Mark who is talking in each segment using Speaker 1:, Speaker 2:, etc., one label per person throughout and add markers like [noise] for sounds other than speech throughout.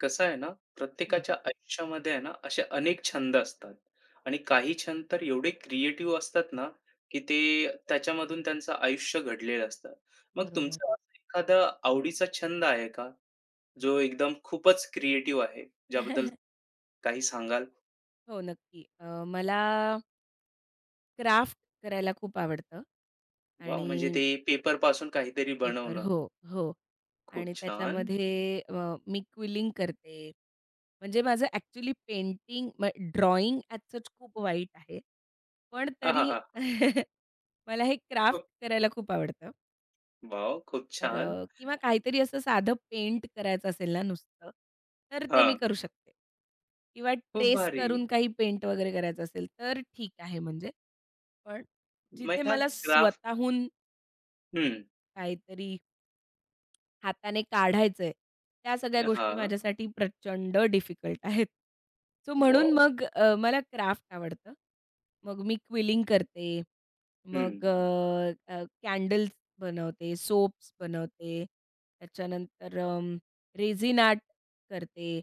Speaker 1: कसं आहे ना,
Speaker 2: हं,
Speaker 1: प्रत्येकाच्या आयुष्यामध्ये आहे ना, असे अनेक छंद असतात आणि काही छंद तर एवढे क्रिएटिव्ह असतात ना, की ते त्याच्यामधून त्यांचं आयुष्य घडलेलं असतं. मग
Speaker 2: बरोबर.
Speaker 1: तुमचा असा एखादा आवडीचा छंद आहे का, जो एकदम खूपच क्रिएटिव्ह आहे, ज्याबद्दल
Speaker 2: [laughs]
Speaker 1: काही सांगाल?
Speaker 2: हो, नक्की. मला क्राफ्ट करायला खूप आवडतं
Speaker 1: वा
Speaker 2: आणि
Speaker 1: म्हणजे ते पेपरपासून काहीतरी
Speaker 2: पेपर
Speaker 1: बनवणं.
Speaker 2: हो, हो.
Speaker 1: खूप
Speaker 2: आणि
Speaker 1: छान.
Speaker 2: त्याच्यामध्ये मी क्विलिंग करते. म्हणजे माझं actually painting drawing as such खूप वाईट आहे. पण तरी
Speaker 1: आहाहा!
Speaker 2: [laughs] मला हे क्राफ्ट
Speaker 1: खूप
Speaker 2: करायला खूप आवडतं.
Speaker 1: वॉव! खूप
Speaker 2: तर
Speaker 1: छान.
Speaker 2: किंवा काहीतरी असं साधं पेंट करायचं असेल ना नुसतं, तर ते मी
Speaker 1: हां,
Speaker 2: करू शकते. किंवा
Speaker 1: खूप
Speaker 2: ट्रेस
Speaker 1: भारी.
Speaker 2: करून काही पेंट वगैरे करायचं असेल, तर ठीक आहे म्हणजे. पण
Speaker 1: मग
Speaker 2: जिथे
Speaker 1: ह्या
Speaker 2: मला
Speaker 1: क्राफ्ट
Speaker 2: स्वतःहून
Speaker 1: हं.
Speaker 2: काहीतरी हाताने काढायचंय. त्या सगळ्या गोष्टी
Speaker 1: हां.
Speaker 2: माझ्यासाठी प्रचंड डिफिकल्ट आहेत. सो म्हणून
Speaker 1: वॉव!
Speaker 2: मग मला क्राफ्ट आवडतं. मग मी क्विलिंग करते.
Speaker 1: हं.
Speaker 2: मग अ, अ, कॅन्डल्स बनवते, सोप्स बनवते. त्याच्यानंतर रेझिन आर्ट करते.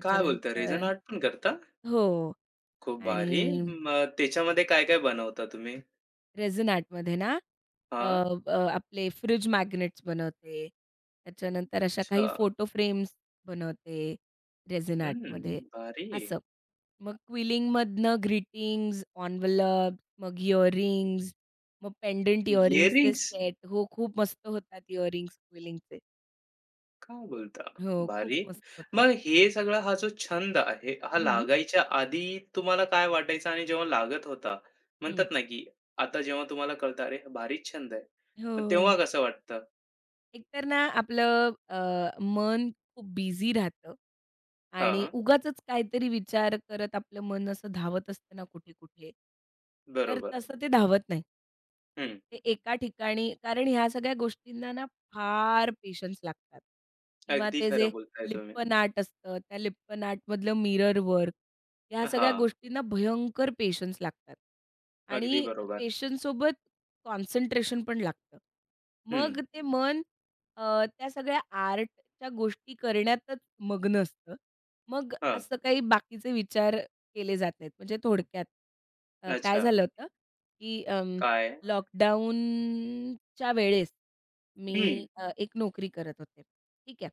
Speaker 1: काय बोलता? रेझन आर्ट पण करता?
Speaker 2: हो
Speaker 1: खूप
Speaker 2: आणि
Speaker 1: भारी. मग त्याच्यामध्ये काय-काय बनवता तुम्ही?
Speaker 2: रेझिन आर्टमध्ये ना, अ,
Speaker 1: हां,
Speaker 2: अ, आपले फ्रिज मॅग्नेट्स बनवते. त्याच्यानंतर अशा
Speaker 1: अच्छा.
Speaker 2: काही फोटो फ्रेम्स बनवते रेझिन
Speaker 1: हं,
Speaker 2: आर्टमध्ये,
Speaker 1: भारी.
Speaker 2: असं. मग क्विलिंगमधनं ग्रीटिंग्ज, एन्व्हलप्स, मग इअरिंग्ज, मग पेंडंट इअरिंग्जचे
Speaker 1: इअरिंग्ज?
Speaker 2: सेट. हो, खूप मस्त होतात इअरिंग्ज क्विलिंगचे.
Speaker 1: काय बोलता?
Speaker 2: हो, खूप
Speaker 1: भारी.
Speaker 2: मस्त होतात.
Speaker 1: मग हे सगळा हा जो छंद आहे, हा
Speaker 2: हं,
Speaker 1: लागायच्या आधी तुम्हाला काय वाटायचं आणि जेव्हा लागत होता,
Speaker 2: हं.
Speaker 1: म्हणतात ना, की आता जेव्हा तुम्हाला कळतं, "अरे, भारीच छंद आहे." मग तेव्हा
Speaker 2: हो.
Speaker 1: कसं वाटतं?
Speaker 2: एकतर ना आपलं मन खूप बिझी राहतं आणि
Speaker 1: हां,
Speaker 2: उगाचच काहीतरी विचार करत आपलं मन असं धावत असतं ना कुठे-कुठे. तर
Speaker 1: बरोबर.
Speaker 2: तसं ते धावत नाही.
Speaker 1: हं,
Speaker 2: ते एका ठिकाणी कारण ह्या सगळ्या गोष्टींना ना फार पेशन्स लागतात किंवा
Speaker 1: अगदी
Speaker 2: ते
Speaker 1: खरं
Speaker 2: जे
Speaker 1: बोलताय तुम्ही.
Speaker 2: लिप्पन आर्ट असतं, त्या लिप्पन आर्टमधलं मिरर वर्क, ह्या सगळ्या
Speaker 1: हां,
Speaker 2: गोष्टींना भयंकर पेशन्स लागतात
Speaker 1: अगदी
Speaker 2: आणि
Speaker 1: बरोबर.
Speaker 2: पेशन्ससोबत कॉन्सन्ट्रेशन पण लागतं.
Speaker 1: हं,
Speaker 2: मग ते मन त्या सगळ्या आर्टच्या गोष्टी करण्यातच मग्न असतं. मग
Speaker 1: हां.
Speaker 2: असं काही बाकीचे विचार केले जात नाहीत. म्हणजे थोडक्यात काय
Speaker 1: अच्छा,
Speaker 2: झालं होतं, की
Speaker 1: काय?
Speaker 2: लॉकडाऊनच्या वेळेस मी
Speaker 1: हं.
Speaker 2: एक नोकरी करत होते. ठीक आहे.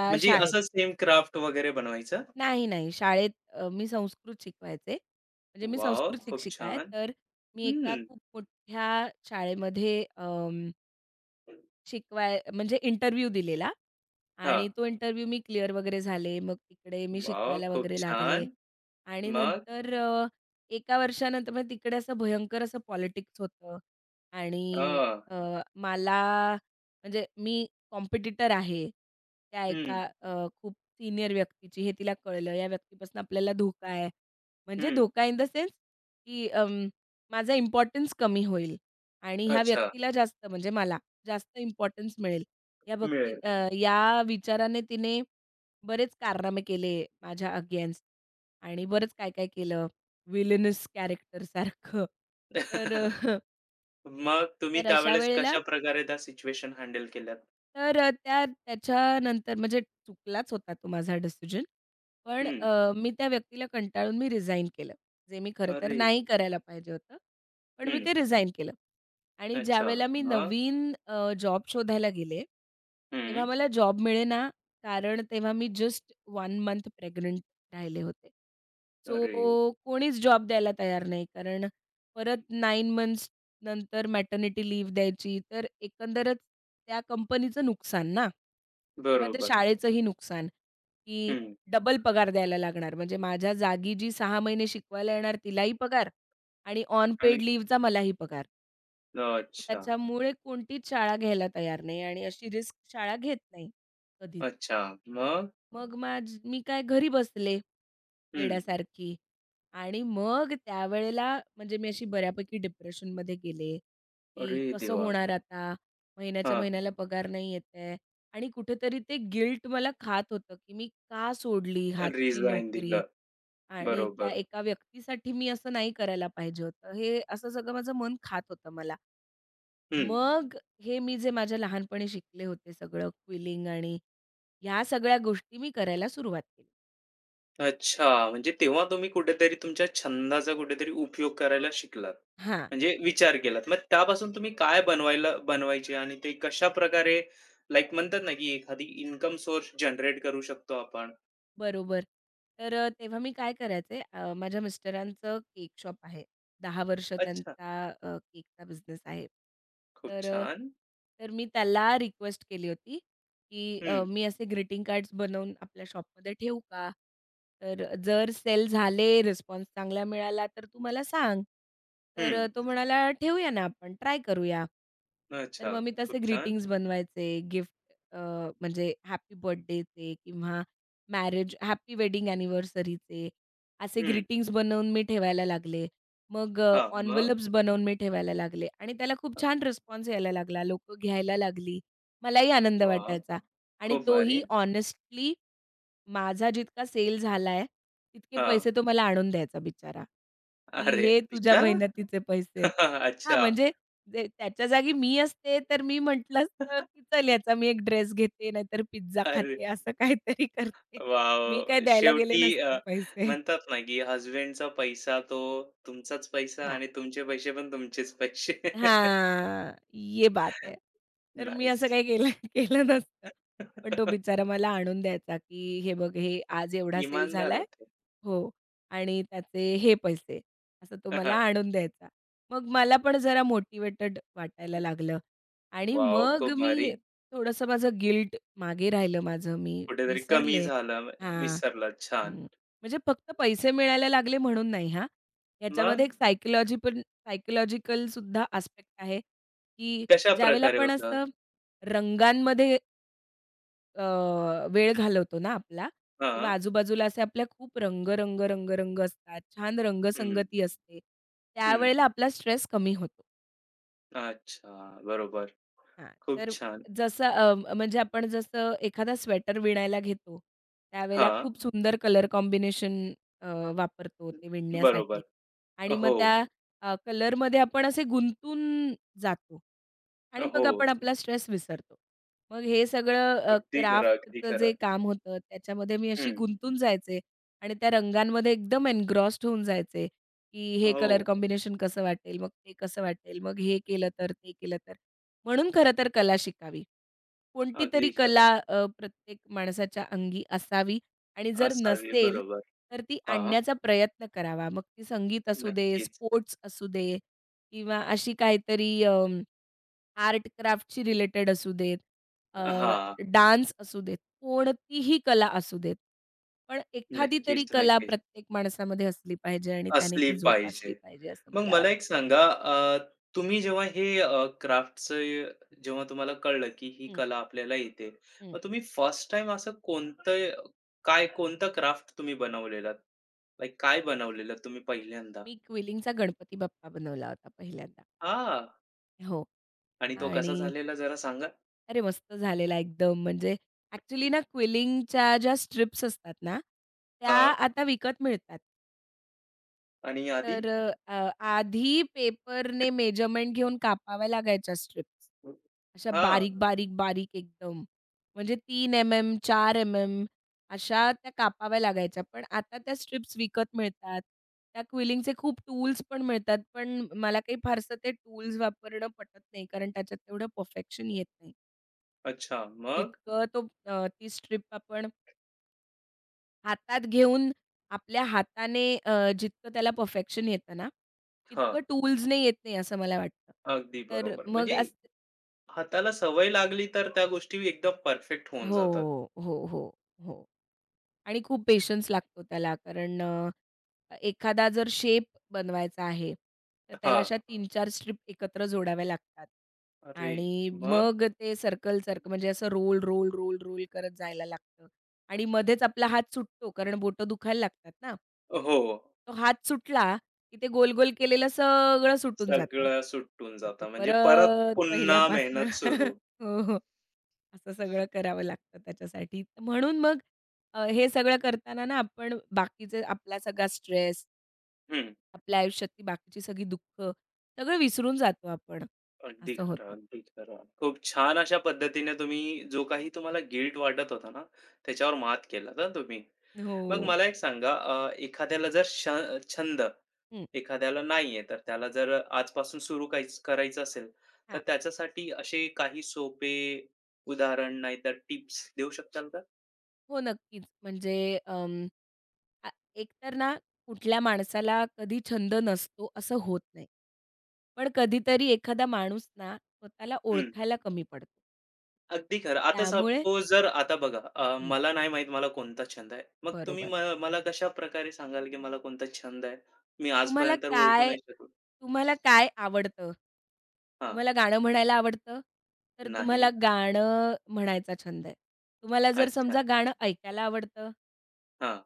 Speaker 1: म्हणजे
Speaker 2: शाळेत.
Speaker 1: असं सेम क्राफ्ट वगैरे बनवायचं?
Speaker 2: नाही, नाही. शाळेत मी संस्कृत शिकवायचे. म्हणजे मी
Speaker 1: वाव
Speaker 2: संस्कृत
Speaker 1: खूप
Speaker 2: शिक्षिका आहे.
Speaker 1: छान.
Speaker 2: तर मी एका
Speaker 1: हं.
Speaker 2: खूप मोठ्या शाळेमध्ये म्हणजे इंटरव्ह्यू दिलेला आणि
Speaker 1: हां.
Speaker 2: तो इंटरव्ह्यू मी क्लिअर वगैरे झाले. मग तिकडे मी
Speaker 1: वॉव!
Speaker 2: शिकवायला
Speaker 1: खूप
Speaker 2: वगैरे लागले
Speaker 1: छान.
Speaker 2: आणि
Speaker 1: मग?
Speaker 2: नंतर एका वर्षानंतर म्हणजे तिकडे असं भयंकर असं पॉलिटिक्स होतं
Speaker 1: अ,
Speaker 2: आणि अ, मला म्हणजे मी कॉम्पिटिटर आहे त्या
Speaker 1: हं,
Speaker 2: एका खूप सीनियर व्यक्तीची हे तिला कळलं. या व्यक्तीपासून आपल्याला धोका आहे. म्हणजे
Speaker 1: हं.
Speaker 2: धोका इन द सेन्स की माझा इम्पोर्टन्स कमी होईल आणि ह्या
Speaker 1: अच्छा,
Speaker 2: व्यक्तीला जास्त म्हणजे मला. जास्त इम्पोर्टन्स मिळेल. या
Speaker 1: मिळेल.
Speaker 2: बाबतीत या विचाराने तिने बरेच कारनामे केले माझ्या अगेन्स्ट आणि बरंच काय-काय केलं. विलनस कॅरेक्टरसारखं. तर
Speaker 1: [laughs]
Speaker 2: [laughs]
Speaker 1: मग तुम्ही
Speaker 2: तर अशा
Speaker 1: त्यावेळेस
Speaker 2: वेळेला
Speaker 1: कशाप्रकारे त्या सिच्युएशन हँडल केल्यात?
Speaker 2: तर अ, त्या त्याच्यानंतर म्हणजे चुकलाच होता तो माझा डिसिजन. पण
Speaker 1: हं.
Speaker 2: मी त्या व्यक्तीला कंटाळून रिझाइन केलं. जे मी खरं तर
Speaker 1: अरे!
Speaker 2: नाही करायला पाहिजे होतं. पण मी
Speaker 1: हं.
Speaker 2: ते रिझाइन केलं. आणि
Speaker 1: अच्छा.
Speaker 2: ज्यावेळेला मी
Speaker 1: मग?
Speaker 2: नवीन जॉब शोधायला गेले, तेव्हा
Speaker 1: हं.
Speaker 2: मला जॉब मिळेना कारण तेव्हा मी जस्ट 1 मंथ प्रेग्नंट राहिले होते. सो
Speaker 1: अरे!
Speaker 2: कोणीच जॉब द्यायला तयार नाही कारण परत 9 मंथ्स नंतर मॅटर्निटी लीव्ह द्यायची. तर एकंदरच त्या कंपनीचं नुकसान ना किंवा त्या
Speaker 1: बरोबर.
Speaker 2: शाळेचंही नुकसान, की
Speaker 1: हं.
Speaker 2: डबल पगार द्यायला लागणार. म्हणजे माझ्या जागी जी 6 महिने शिकवायला येणार तिलाही पगार आणि ऑन
Speaker 1: आणि
Speaker 2: पेड लीव्हचा मलाही पगार.
Speaker 1: अच्छा,
Speaker 2: त्याच्यामुळे कोणतीच शाळा घ्यायला तयार नाही आणि अशी रिस्क शाळा घेत नाही कधीच.
Speaker 1: अच्छा. मग?
Speaker 2: मग मी काय घरी बसले
Speaker 1: हं.
Speaker 2: वेड्यासारखी आणि मग त्यावेळेला म्हणजे मी अशी बऱ्यापैकी डिप्रेशनमध्ये गेले,
Speaker 1: अरे
Speaker 2: की कसं
Speaker 1: देवा!
Speaker 2: होणार आता? महिन्याच्या
Speaker 1: हां.
Speaker 2: महिन्याला पगार नाही येतंय आणि कुठेतरी ते गिल्ट मला खात होतं, की मी का सोडली हातची
Speaker 1: रिझाइन
Speaker 2: नोकरी
Speaker 1: दिलं.
Speaker 2: आणि त्या
Speaker 1: बरोबर.
Speaker 2: एका व्यक्तीसाठी मी असं नाही करायला पाहिजे होतं. हे असं सगळं माझं मन खात होतं मला.
Speaker 1: हं.
Speaker 2: मग हे मी जे माझ्या लहानपणी शिकले होते सगळं क्विलिंग आणि ह्या सगळ्या गोष्टी मी करायला सुरुवात केली.
Speaker 1: अच्छा. म्हणजे तेव्हा तुम्ही कुठेतरी तुमच्या छंदाचा कुठेतरी उपयोग करायला शिकलात.
Speaker 2: हां,
Speaker 1: म्हणजे विचार केलात. मग त्यापासून तुम्ही काय बनवायचे आणि ते कशा प्रकारे लाइक म्हणतात ना, की एखादी इन्कम सोर्स जनरेट करू शकतो आपण.
Speaker 2: बरोबर. तर तेव्हा मी काय करायचे, माझ्या मिस्टरांचं केक शॉप आहे. 10 वर्ष
Speaker 1: अच्छा.
Speaker 2: त्यांचा केकचा बिझनेस आहे.
Speaker 1: खूप
Speaker 2: तर
Speaker 1: छान.
Speaker 2: मी त्याला रिक्वेस्ट केली होती, की
Speaker 1: हं,
Speaker 2: "मी असे ग्रीटिंग कार्ड्स बनवून आपल्या शॉपमध्ये ठेवू का? तर जर सेल झाले, रिस्पॉन्स चांगला मिळाला तर तू मला सांग." तर
Speaker 1: हं.
Speaker 2: तो म्हणाला, "ठेवूया ना आपण, ट्राय करूया." तर
Speaker 1: अच्छा.
Speaker 2: मग मी तसे
Speaker 1: खूप छान.
Speaker 2: ग्रीटिंग्ज बनवायचे, गिफ्ट म्हणजे हॅपी बर्थडेचे किंवा मॅरेज हॅपी वेडिंग अॅनिव्हर्सरीचे असे
Speaker 1: हं.
Speaker 2: ग्रीटिंग्स बनवून मी ठेवायला लागले. मग
Speaker 1: हां. मग?
Speaker 2: एन्व्हलप्स बनवून मी ठेवायला लागले आणि त्याला खूप छान रिस्पॉन्स यायला लागला. लोकं घ्यायला लागली. मलाही आनंद
Speaker 1: वाह!
Speaker 2: वाटायचा आणि
Speaker 1: खूप भारी.
Speaker 2: तोही हॉनेस्टली माझा जितका सेल झालाय, तितके
Speaker 1: हां.
Speaker 2: पैसे तो मला आणून द्यायचा बिचारा, की
Speaker 1: अरे
Speaker 2: "हे तुझ्या
Speaker 1: विचारा?
Speaker 2: मेहनतीचे पैसे आहेत."
Speaker 1: [laughs]
Speaker 2: हां,
Speaker 1: अच्छा.
Speaker 2: म्हणजे जे त्याच्या जागी मी असते, तर मी म्हटलं असतं,
Speaker 1: [laughs]
Speaker 2: की "चल याचा मी एक ड्रेस घेते, नाहीतर पिझ्झा
Speaker 1: अरे
Speaker 2: खाते." असं काहीतरी करते. मी
Speaker 1: वॉव!
Speaker 2: काय द्यायला गेले
Speaker 1: शेवटी
Speaker 2: नसते पैसे.
Speaker 1: म्हणतात ना, की हसबँडचा पैसा तो तुमचाच पैसा
Speaker 2: हां,
Speaker 1: आणि तुमचे पैसे पण तुमचेच पैसे.
Speaker 2: हां, ये बात है.
Speaker 1: [laughs]
Speaker 2: तर मी असं
Speaker 1: नाईस.
Speaker 2: काही केलं [laughs] केलं नसतं. पण तो
Speaker 1: [laughs]
Speaker 2: बिचारा मला आणून द्यायचा, की "हे बघ, हे आज एवढा सेल
Speaker 1: इमानदार
Speaker 2: झालाय
Speaker 1: होते.
Speaker 2: हो आणि त्याचे हे पैसे." असं तो मला आणून द्यायचा. मग मला पण जरा मोटिव्हेटेड वाटायला लागलं आणि
Speaker 1: वॉव!
Speaker 2: मग
Speaker 1: खूप भारी.
Speaker 2: मी थोडंसं माझं गिल्ट मागे राहिलं माझं, मी
Speaker 1: कुठेतरी कमी
Speaker 2: विसरले.
Speaker 1: झालं,
Speaker 2: हां.
Speaker 1: विसरला. छान.
Speaker 2: हं. म्हणजे फक्त पैसे मिळायला लागले म्हणून नाही हां.
Speaker 1: मग
Speaker 2: याच्यामध्ये एक सायकॉलॉजी पण सायकॉलॉजिकल सुद्धा आस्पेक्ट आहे, की ज्यावेळेला
Speaker 1: कशाप्रकारे
Speaker 2: आपण
Speaker 1: होतं?
Speaker 2: असं रंगांमध्ये अ, वेळ घालवतो ना आपला किंवा
Speaker 1: हां.
Speaker 2: आजूबाजूला असे आपल्या खूप रंग, रंग, रंग, रंग असतात. छान
Speaker 1: हं,
Speaker 2: रंगसंगती असते.
Speaker 1: हं.
Speaker 2: त्यावेळेला आपला स्ट्रेस कमी होतो.
Speaker 1: अच्छा. बरोबर.
Speaker 2: हां,
Speaker 1: खूप
Speaker 2: तर
Speaker 1: छान.
Speaker 2: जसं म्हणजे आपण जसं एखादा स्वेटर विणायला घेतो, त्यावेळेला
Speaker 1: हां.
Speaker 2: खूप सुंदर कलर कॉम्बिनेशन अ, वापरतो ते विणण्यासाठी
Speaker 1: बरोबर.
Speaker 2: आणि मग
Speaker 1: हो,
Speaker 2: त्या कलरमध्ये आपण असे गुंतून जातो. आणि
Speaker 1: हो.
Speaker 2: मग आपण आपला स्ट्रेस विसरतो. मग हे सगळं
Speaker 1: अगदी खरं, अगदी
Speaker 2: क्राफ्टचं
Speaker 1: खरं.
Speaker 2: जे काम होतं त्याच्यामध्ये मी अशी
Speaker 1: हं.
Speaker 2: गुंतून जायचे आणि त्या रंगांमध्ये एकदम एन्ग्रॉस्ड होऊन जायचे, की हे कलर
Speaker 1: हो,
Speaker 2: कॉम्बिनेशन कसं वाटेल, मग ते कसं वाटेल, मग हे केलं तर, ते केलं तर. म्हणून खरं तर कला शिकावी. कोणती तरी
Speaker 1: अगदी
Speaker 2: कला
Speaker 1: खरं.
Speaker 2: प्रत्येक माणसाच्या अंगी असावी आणि जर
Speaker 1: असावी.
Speaker 2: नसेल,
Speaker 1: बरोबर.
Speaker 2: तर ती
Speaker 1: हां,
Speaker 2: आणण्याचा प्रयत्न करावा. मग ती संगीत असू दे,
Speaker 1: नक्कीच.
Speaker 2: स्पोर्ट्स असू दे किंवा अशी काहीतरी आर्ट क्राफ्टशी रिलेटेड असू देत, अ,
Speaker 1: हां,
Speaker 2: डान्स असू देत, कोणतीही कला असू देत. पण एखादी तरी
Speaker 1: नक्कीच,
Speaker 2: कला
Speaker 1: नक्कीच.
Speaker 2: प्रत्येक माणसामध्ये असली पाहिजे आणि त्याने
Speaker 1: असली
Speaker 2: ती जोपासली
Speaker 1: पाहिजे.
Speaker 2: पाहिजे असं
Speaker 1: मग
Speaker 2: मला
Speaker 1: मला
Speaker 2: वाटतं.
Speaker 1: एक सांगा तुम्ही जेव्हा हे क्राफ्टचं जेव्हा तुम्हाला कळलं, की ही
Speaker 2: हं,
Speaker 1: कला आपल्याला येते.
Speaker 2: हं.
Speaker 1: मग तुम्ही फर्स्ट टाईम असं कोणतं काय कोणतं क्राफ्ट तुम्ही बनवलेलात? लाइक काय बनवलेलं तुम्ही पहिल्यांदा?
Speaker 2: मी क्विलिंगचा गणपती बाप्पा बनवला होता पहिल्यांदा.
Speaker 1: हां.
Speaker 2: हो
Speaker 1: आणि तो कसा
Speaker 2: आणि
Speaker 1: झालेला जरा सांगा?
Speaker 2: अरे मस्त झालेला एकदम. म्हणजे ॲक्चुअली ना क्विलिंगच्या ज्या स्ट्रिप्स असतात ना, त्या
Speaker 1: हां.
Speaker 2: आता विकत मिळतात.
Speaker 1: आणि आधी?
Speaker 2: तर आधी पेपरने मेजरमेंट घेऊन कापाव्या लागायच्या स्ट्रिप्स. अशा
Speaker 1: हां.
Speaker 2: बारीक, बारीक, बारीक एकदम. म्हणजे 3 एम-एम, 4 एम-एम अशा त्या कापाव्या लागायच्या. पण आता त्या स्ट्रिप्स विकत मिळतात. त्या क्विलिंगचे खूप टूल्स पण मिळतात. पण मला काही फारसं ते टूल्स वापरणं पटत नाही. कारण त्याच्यात तेवढं परफेक्शन येत नाही.
Speaker 1: अच्छा. मग?
Speaker 2: जितकं तो ती स्ट्रिप आपण हातात घेऊन आपल्या हाताने जितकं त्याला परफेक्शन येतं ना,
Speaker 1: हां.
Speaker 2: तितकं टूल्सने येत नाही असं मला वाटतं.
Speaker 1: अगदी
Speaker 2: तर
Speaker 1: बरोबर.
Speaker 2: मग
Speaker 1: म्हणजे
Speaker 2: असं
Speaker 1: हाताला सवय लागली तर त्या गोष्टी एकदम परफेक्ट होऊन जातात.
Speaker 2: हो, हो, हो, हो. हो. आणि खूप पेशन्स लागतो त्याला कारण एखादा जर शेप बनवायचा आहे, तर त्याला
Speaker 1: हां.
Speaker 2: अशा 3-4 स्ट्रिप एकत्र जोडाव्या लागतात
Speaker 1: अरे!
Speaker 2: आणि
Speaker 1: मग
Speaker 2: मग ते सर्कल, सर्कल म्हणजे असं रोल, रोल, रोल, रोल करत जायला लागतं आणि मध्येच आपला हात सुटतो कारण बोटं दुखायला लागतात ना.
Speaker 1: हो.
Speaker 2: तो हात सुटला, की ते गोल-गोल केलेलं सगळं सुटून जातं.
Speaker 1: सगळं सुटून
Speaker 2: मग ते
Speaker 1: जातं. म्हणजे परत
Speaker 2: परत
Speaker 1: पुन्हा
Speaker 2: पहिल्यापासनं
Speaker 1: मेहनत सुरू.
Speaker 2: [laughs] हो. असं सगळं करावं लागतं त्याच्यासाठी. म्हणून मग हे सगळं करताना ना आपण बाकीचे आपला सगळा स्ट्रेस,
Speaker 1: हं.
Speaker 2: आपल्या आयुष्यातली बाकीची सगळी दुःख सगळं विसरून जातो आपण.
Speaker 1: अगदी
Speaker 2: असं
Speaker 1: खरं,
Speaker 2: होतं.
Speaker 1: अगदी खरं. खूप छान अशा पद्धतीने तुम्ही जो काही तुम्हाला गिल्ट वाटत होता ना, त्याच्यावर मात केलात हां तुम्ही.
Speaker 2: हो.
Speaker 1: मग मला एक सांगा एखाद्याला जर श छंद
Speaker 2: हं.
Speaker 1: एखाद्याला नाहीये, तर त्याला जर आजपासून सुरू काहीच करायचं असेल, तर
Speaker 2: हां.
Speaker 1: त्याच्यासाठी असे काही सोपे उदाहरण नाहीतर टिप्स देऊ शकाल का?
Speaker 2: हो, नक्कीच. म्हणजे अं, आ, एकतर ना कुठल्या माणसाला कधी छंद नसतो असं होत नाही. पण कधीतरी एखादा माणूस ना स्वतःला
Speaker 1: हं,
Speaker 2: ओळखायला कमी पडतो. हो.
Speaker 1: अगदी खरं. आता
Speaker 2: त्यामुळे
Speaker 1: सपोज जर आता बघा
Speaker 2: हं,
Speaker 1: मला नाही माहीत मला कोणता छंद आहे. मग तुम्ही
Speaker 2: बरोबर.
Speaker 1: मला कशाप्रकारे सांगाल, की मला कोणता छंद आहे? मी
Speaker 2: तुम्हाला
Speaker 1: आजपर्यंत ओळखू
Speaker 2: काय
Speaker 1: नाही शकलो?
Speaker 2: तुम्हाला काय आवडतं?
Speaker 1: हां,
Speaker 2: तुम्हाला गाणं म्हणायला आवडतं? तर
Speaker 1: नाही.
Speaker 2: तुम्हाला गाणं म्हणायचा छंद आहे. तुम्हाला जर
Speaker 1: अच्छा.
Speaker 2: समजा गाणं ऐकायला आवडतं,
Speaker 1: हां.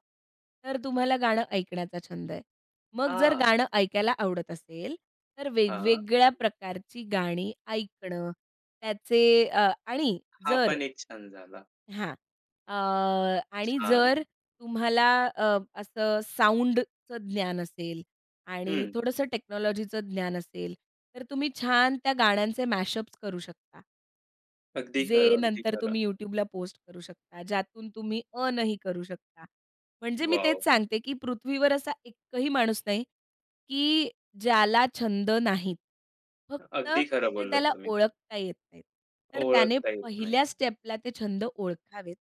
Speaker 2: तर तुम्हाला गाणं ऐकण्याचा छंद आहे. मग जर
Speaker 1: हां,
Speaker 2: गाणं ऐकायला आवडत असेल, तर
Speaker 1: हां.
Speaker 2: वेगवेगळ्या प्रकारची गाणी ऐकणं, त्याचे आणि
Speaker 1: हा
Speaker 2: जर
Speaker 1: पण एक छंद झाला.
Speaker 2: हां. अ, आणि
Speaker 1: छान.
Speaker 2: जर तुम्हाला असं साउंडचं ज्ञान असेल आणि
Speaker 1: हं.
Speaker 2: थोडंसं टेक्नॉलॉजीचं ज्ञान असेल, तर तुम्ही छान त्या गाण्यांचे मॅशअप्स करू शकता.
Speaker 1: अगदी
Speaker 2: जे
Speaker 1: खरं, अगदी
Speaker 2: नंतर
Speaker 1: खरं.
Speaker 2: तुम्ही YouTubeला पोस्ट करू शकता, ज्यातून तुम्ही अर्नही करू शकता. म्हणजे मी
Speaker 1: वॉव!
Speaker 2: तेच सांगते, की पृथ्वीवर असा एकही माणूस नाही, की ज्याला छंद नाहीत. फक्त
Speaker 1: अगदी खरं
Speaker 2: ते
Speaker 1: बोललात
Speaker 2: त्याला
Speaker 1: तुम्ही.
Speaker 2: ओळखता येत नाहीत. तर त्याने
Speaker 1: ओळखता येत नाही.
Speaker 2: पहिल्या स्टेपला ते छंद ओळखावेत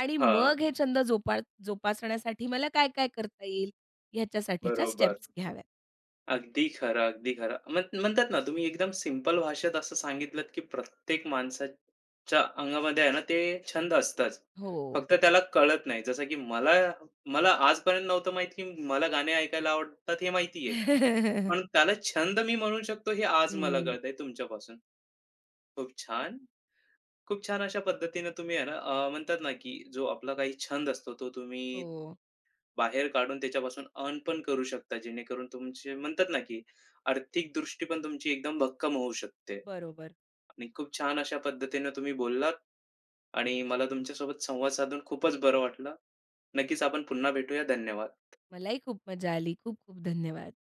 Speaker 2: आणि
Speaker 1: हां,
Speaker 2: मग हे छंद जोपासण्यासाठी मला काय-काय करता येईल, ह्याच्यासाठीच्या
Speaker 1: बरोबर.
Speaker 2: स्टेप्स घ्याव्यात.
Speaker 1: अगदी खरं, अगदी खरं. म्हणतात ना तुम्ही एकदम सिंपल भाषेत असं सांगितलत, की प्रत्येक माणसाच्या अंगामध्ये आहे ना ते छंद असतात.
Speaker 2: हो.
Speaker 1: फक्त त्याला कळत नाही. जसं की मला मला आजपर्यंत नव्हतं माहीत, की मला गाणे ऐकायला आवडतात हे माहिती पण
Speaker 2: [laughs]
Speaker 1: त्याला छंद मी म्हणू शकतो हे आज मला
Speaker 2: हं.
Speaker 1: कळतंय तुमच्यापासून. खूप छान. खूप छान अशा पद्धतीने तुम्ही आहे ना म्हणतात ना, की जो आपला काही छंद असतो तो तुम्ही
Speaker 2: हो.
Speaker 1: बाहेर काढून त्याच्यापासून अर्न पण करू शकता, जेणेकरून तुमचे म्हणतात ना, की आर्थिक दृष्टी पण तुमची एकदम भक्कम होऊ शकते.
Speaker 2: बरोबर.
Speaker 1: आणि खूप छान अशा पद्धतीने तुम्ही बोललात आणि मला तुमच्यासोबत संवाद साधून खूपच बरं वाटलं. नक्कीच आपण पुन्हा भेटूया. धन्यवाद.
Speaker 2: मलाही खूप मजा आली. खूप खूप धन्यवाद.